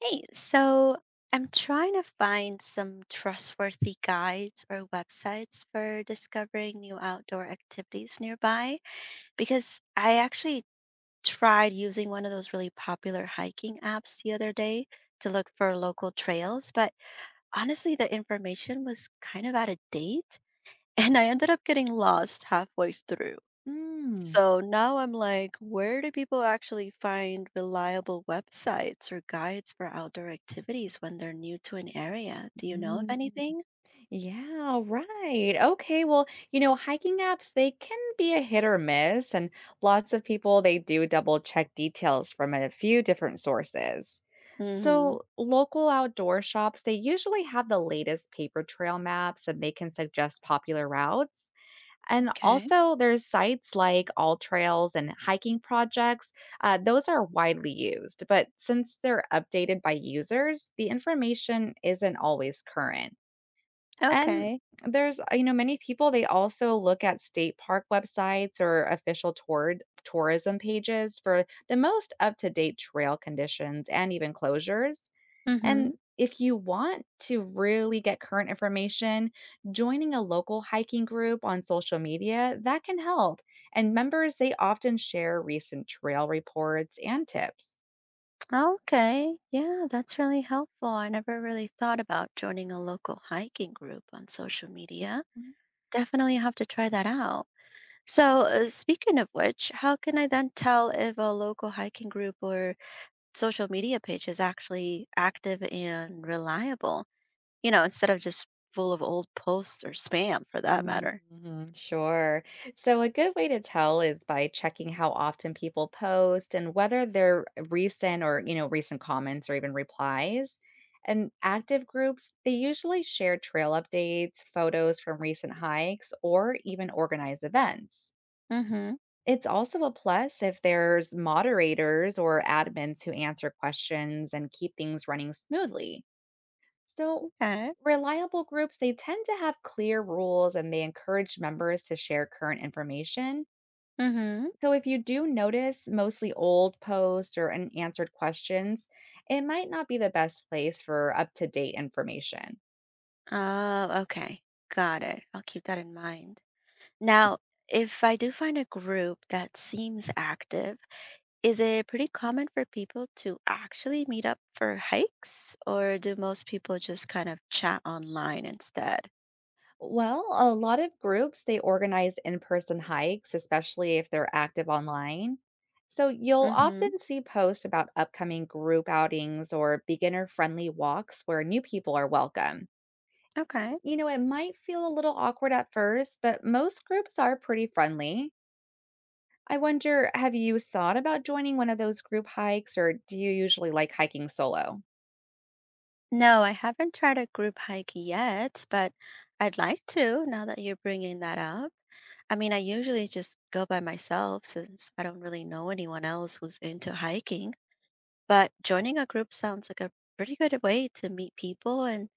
Hey, so I'm trying to find some trustworthy guides or websites for discovering new outdoor activities nearby because I actually tried using one of those really popular hiking apps the other day to look for local trails, but honestly, the information was kind of out of date and I ended up getting lost halfway through. Mm, So now I'm like, where do people actually find reliable websites or guides for outdoor activities when they're new to an area? Do you know of mm. anything? Yeah, right. Okay. Well, you know, hiking apps, they can be a hit or miss, and lots of people they do double check details from a few different sources. Mm-hmm. So, local outdoor shops, they usually have the latest paper trail maps and they can suggest popular routes. And Okay. also, there's sites like All Trails and hiking projects. Those are widely used, but since they're updated by users, the information isn't always current. And Okay. there's, you know, many people they also look at state park websites or official tourism pages for the most up-to-date trail conditions and even closures. Mm-hmm. And if you want to really get current information, joining a local hiking group on social media, that can help. And members, they often share recent trail reports and tips. Okay. Yeah, that's really helpful. I never really thought about joining a local hiking group on social media. Definitely have to try that out. So, speaking of which, how can I then tell if a local hiking group or social media page is actually active and reliable, you know, instead of just full of old posts or spam for that matter. Mhm. Sure. So, a good way to tell is by checking how often people post and whether their recent or, you know, recent comments or even replies. And active groups, they usually share trail updates, photos from recent hikes, or even organize events. Mm-hmm. It's also a plus if there's moderators or admins who answer questions and keep things running smoothly. So, Okay. reliable groups, they tend to have clear rules and they encourage members to share current information. Mm-hmm. So, if you do notice mostly old posts or unanswered questions, it might not be the best place for up to date information. Oh, okay. Got it. I'll keep that in mind. Now, if I do find a group that seems active, is it pretty common for people to actually meet up for hikes, or do most people just kind of chat online instead? Well, a lot of groups, they organize in person hikes, especially if they're active online. So, you'll Mm-hmm. often see posts about upcoming group outings or beginner friendly walks where new people are welcome. Okay. You know, it might feel a little awkward at first, but most groups are pretty friendly. I wonder, have you thought about joining one of those group hikes or do you usually like hiking solo? No, I haven't tried a group hike yet, but I'd like to now that you're bringing that up. I mean, I usually just go by myself since I don't really know anyone else who's into hiking, but joining a group sounds like a pretty good way to meet people and,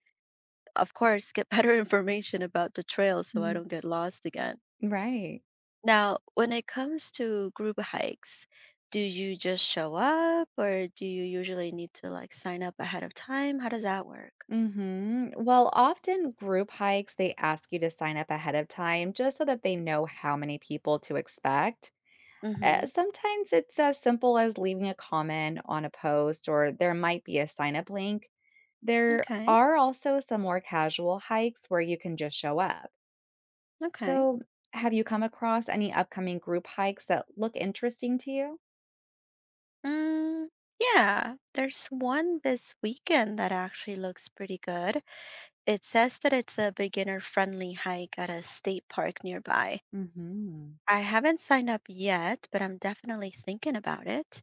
of course, get better information about the trail so I Mhm. don't get lost again. Right. Now, when it comes to group hikes, do you just show up or do you usually need to like sign up ahead of time? How does that work? Mhm. Well, often group hikes they ask you to sign up ahead of time just so that they know how many people to expect. Mm-hmm. Sometimes it's as simple as leaving a comment on a post or there might be a sign up link. There Okay. are also some more casual hikes where you can just show up. Okay. So, have you come across any upcoming group hikes that look interesting to you? Mm, yeah, there's one this weekend that actually looks pretty good. It says that it's a beginner-friendly hike at a state park nearby. Hmm. I haven't signed up yet, but I'm definitely thinking about it.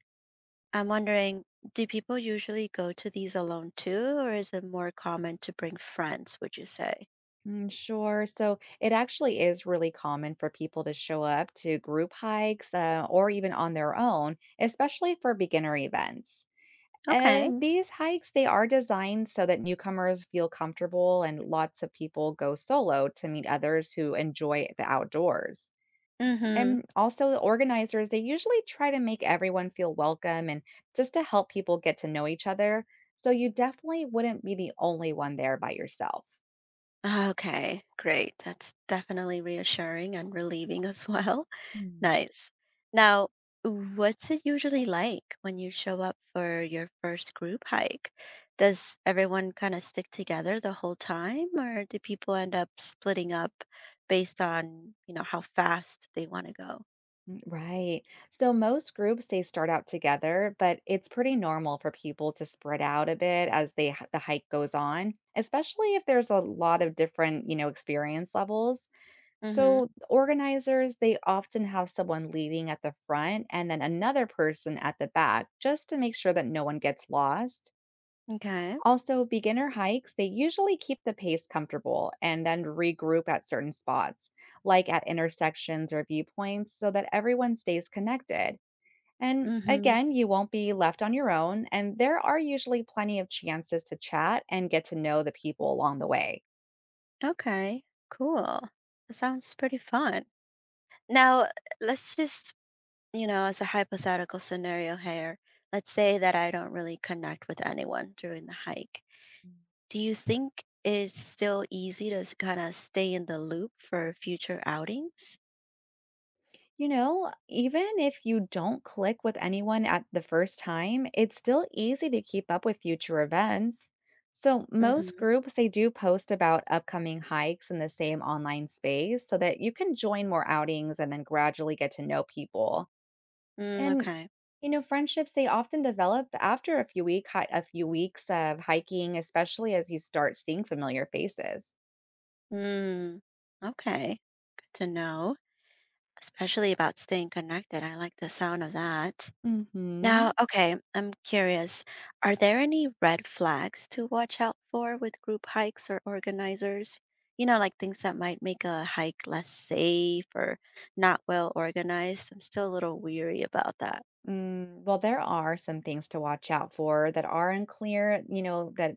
I'm wondering, do people usually go to these alone too, or is it more common to bring friends, would you say? Mm, sure. So it actually is really common for people to show up to group hikes or even on their own, especially for beginner events. Okay. And these hikes, they are designed so that newcomers feel comfortable, and lots of people go solo to meet others who enjoy the outdoors. Mm-hmm. And also, the organizers, they usually try to make everyone feel welcome and just to help people get to know each other. So you definitely wouldn't be the only one there by yourself. Okay, great. That's definitely reassuring and relieving as well. Hmm. Nice. Now, what's it usually like when you show up for your first group hike? Does everyone kind of stick together the whole time, or do people end up splitting up based on, you know, how fast they want to go? Mm. Right. So most groups they start out together, but it's pretty normal for people to spread out a bit as the hike goes on, especially if there's a lot of different, you know, experience levels. Hmm. So the organizers, they often have someone leading at the front and then another person at the back just to make sure that no one gets lost. Okay. Also, beginner hikes, they usually keep the pace comfortable and then regroup at certain spots, like at intersections or viewpoints, so that everyone stays connected. And Hmm. again, you won't be left on your own, and there are usually plenty of chances to chat and get to know the people along the way. Okay. Cool. That sounds pretty fun. Now, let's just, you know, as a hypothetical scenario here, let's say that I don't really connect with anyone during the hike. Do you think it's still easy to kind of stay in the loop for future outings? You know, even if you don't click with anyone at the first time, it's still easy to keep up with future events. So, most Mm-hmm. groups they do post about upcoming hikes in the same online space so that you can join more outings and then gradually get to know people. Mm, And okay. you know, friendships they often develop after a few weeks of hiking, especially as you start seeing familiar faces. Mm, okay. Good to know, especially about staying connected. I like the sound of that. Now, Mhm. okay, I'm curious, are there any red flags to watch out for with group hikes or organizers? You know, like things that might make a hike less safe or not well organized. I'm still a little weary about that. Mm, well, there are some things to watch out for that are unclear, you know, that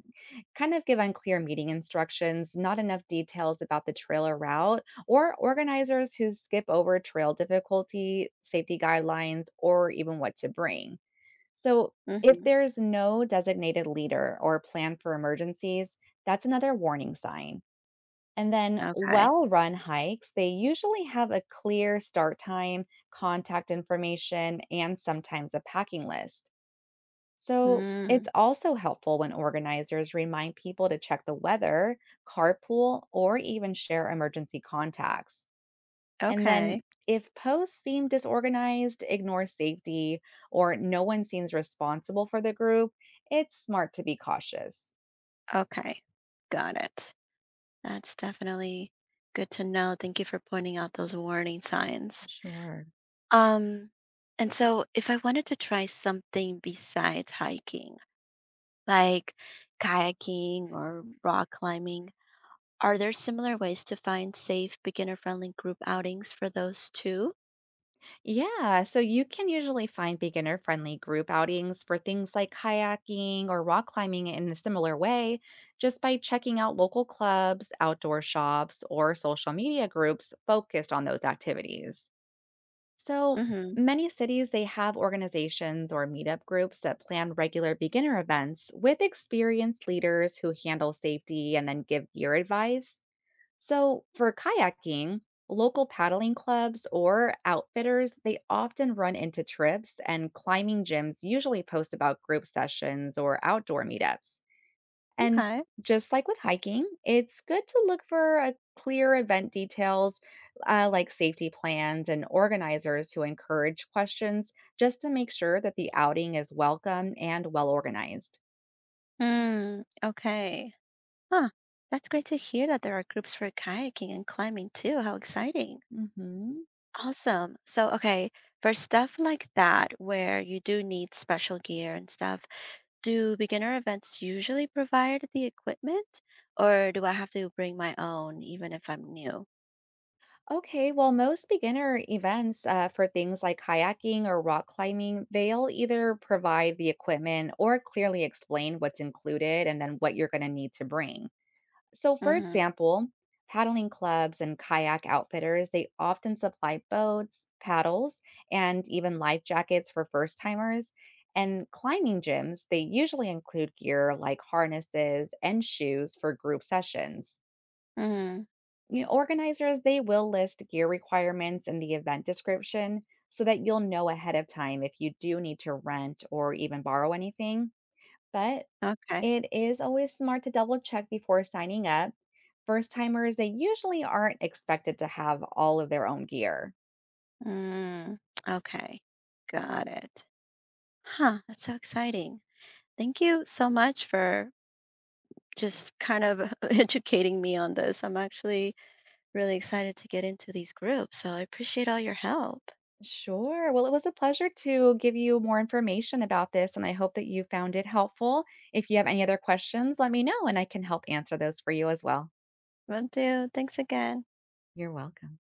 kind of give unclear meeting instructions, not enough details about the trailer route, or organizers who skip over trail difficulty, safety guidelines, or even what to bring. So, if Mm-hmm. there's no designated leader or plan for emergencies, that's another warning sign. And then Okay. well run hikes, they usually have a clear start time, contact information, and sometimes a packing list. So Mm, it's also helpful when organizers remind people to check the weather, carpool, or even share emergency contacts. And then okay. if posts seem disorganized, ignore safety, or no one seems responsible for the group, it's smart to be cautious. Okay. Got it. That's definitely good to know. Thank you for pointing out those warning signs. Sure. Um, and so if I wanted to try something besides hiking, like kayaking or rock climbing, are there similar ways to find safe, beginner friendly group outings for those too? Yeah, so you can usually find beginner friendly group outings for things like kayaking or rock climbing in a similar way just by checking out local clubs, outdoor shops, or social media groups focused on those activities. So Mm-hmm. many cities they have organizations or meetup groups that plan regular beginner events with experienced leaders who handle safety and then give gear advice. So, for kayaking, local paddling clubs or outfitters, they often run into trips and climbing gyms usually post about group sessions or outdoor meetups. And Okay. just like with hiking, it's good to look for a clear event details like safety plans and organizers who encourage questions just to make sure that the outing is welcome and well organized. Mm, okay. Huh. That's great to hear that there are groups for kayaking and climbing too. How exciting. Mhm. Awesome. So, okay, for stuff like that, where you do need special gear and stuff, do beginner events usually provide the equipment, or do I have to bring my own even if I'm new? Okay, well, most beginner events for things like kayaking or rock climbing, they'll either provide the equipment or clearly explain what's included and then what you're going to need to bring. So, for Mm-hmm. example, paddling clubs and kayak outfitters, they often supply boats, paddles, and even life jackets for first timers. And climbing gyms, they usually include gear like harnesses and shoes for group sessions. Mm-hmm. You know, organizers, they will list gear requirements in the event description so that you'll know ahead of time if you do need to rent or even borrow anything. But Okay. it is always smart to double check before signing up. First timers, they usually aren't expected to have all of their own gear. Mm, okay. Got it. Huh, that's so exciting. Thank you so much for just kind of educating me on this. I'm actually really excited to get into these groups, so I appreciate all your help. Sure. Well, it was a pleasure to give you more information about this, and I hope that you found it helpful. If you have any other questions, let me know, and I can help answer those for you as well. Well, do. Thanks again. You're welcome.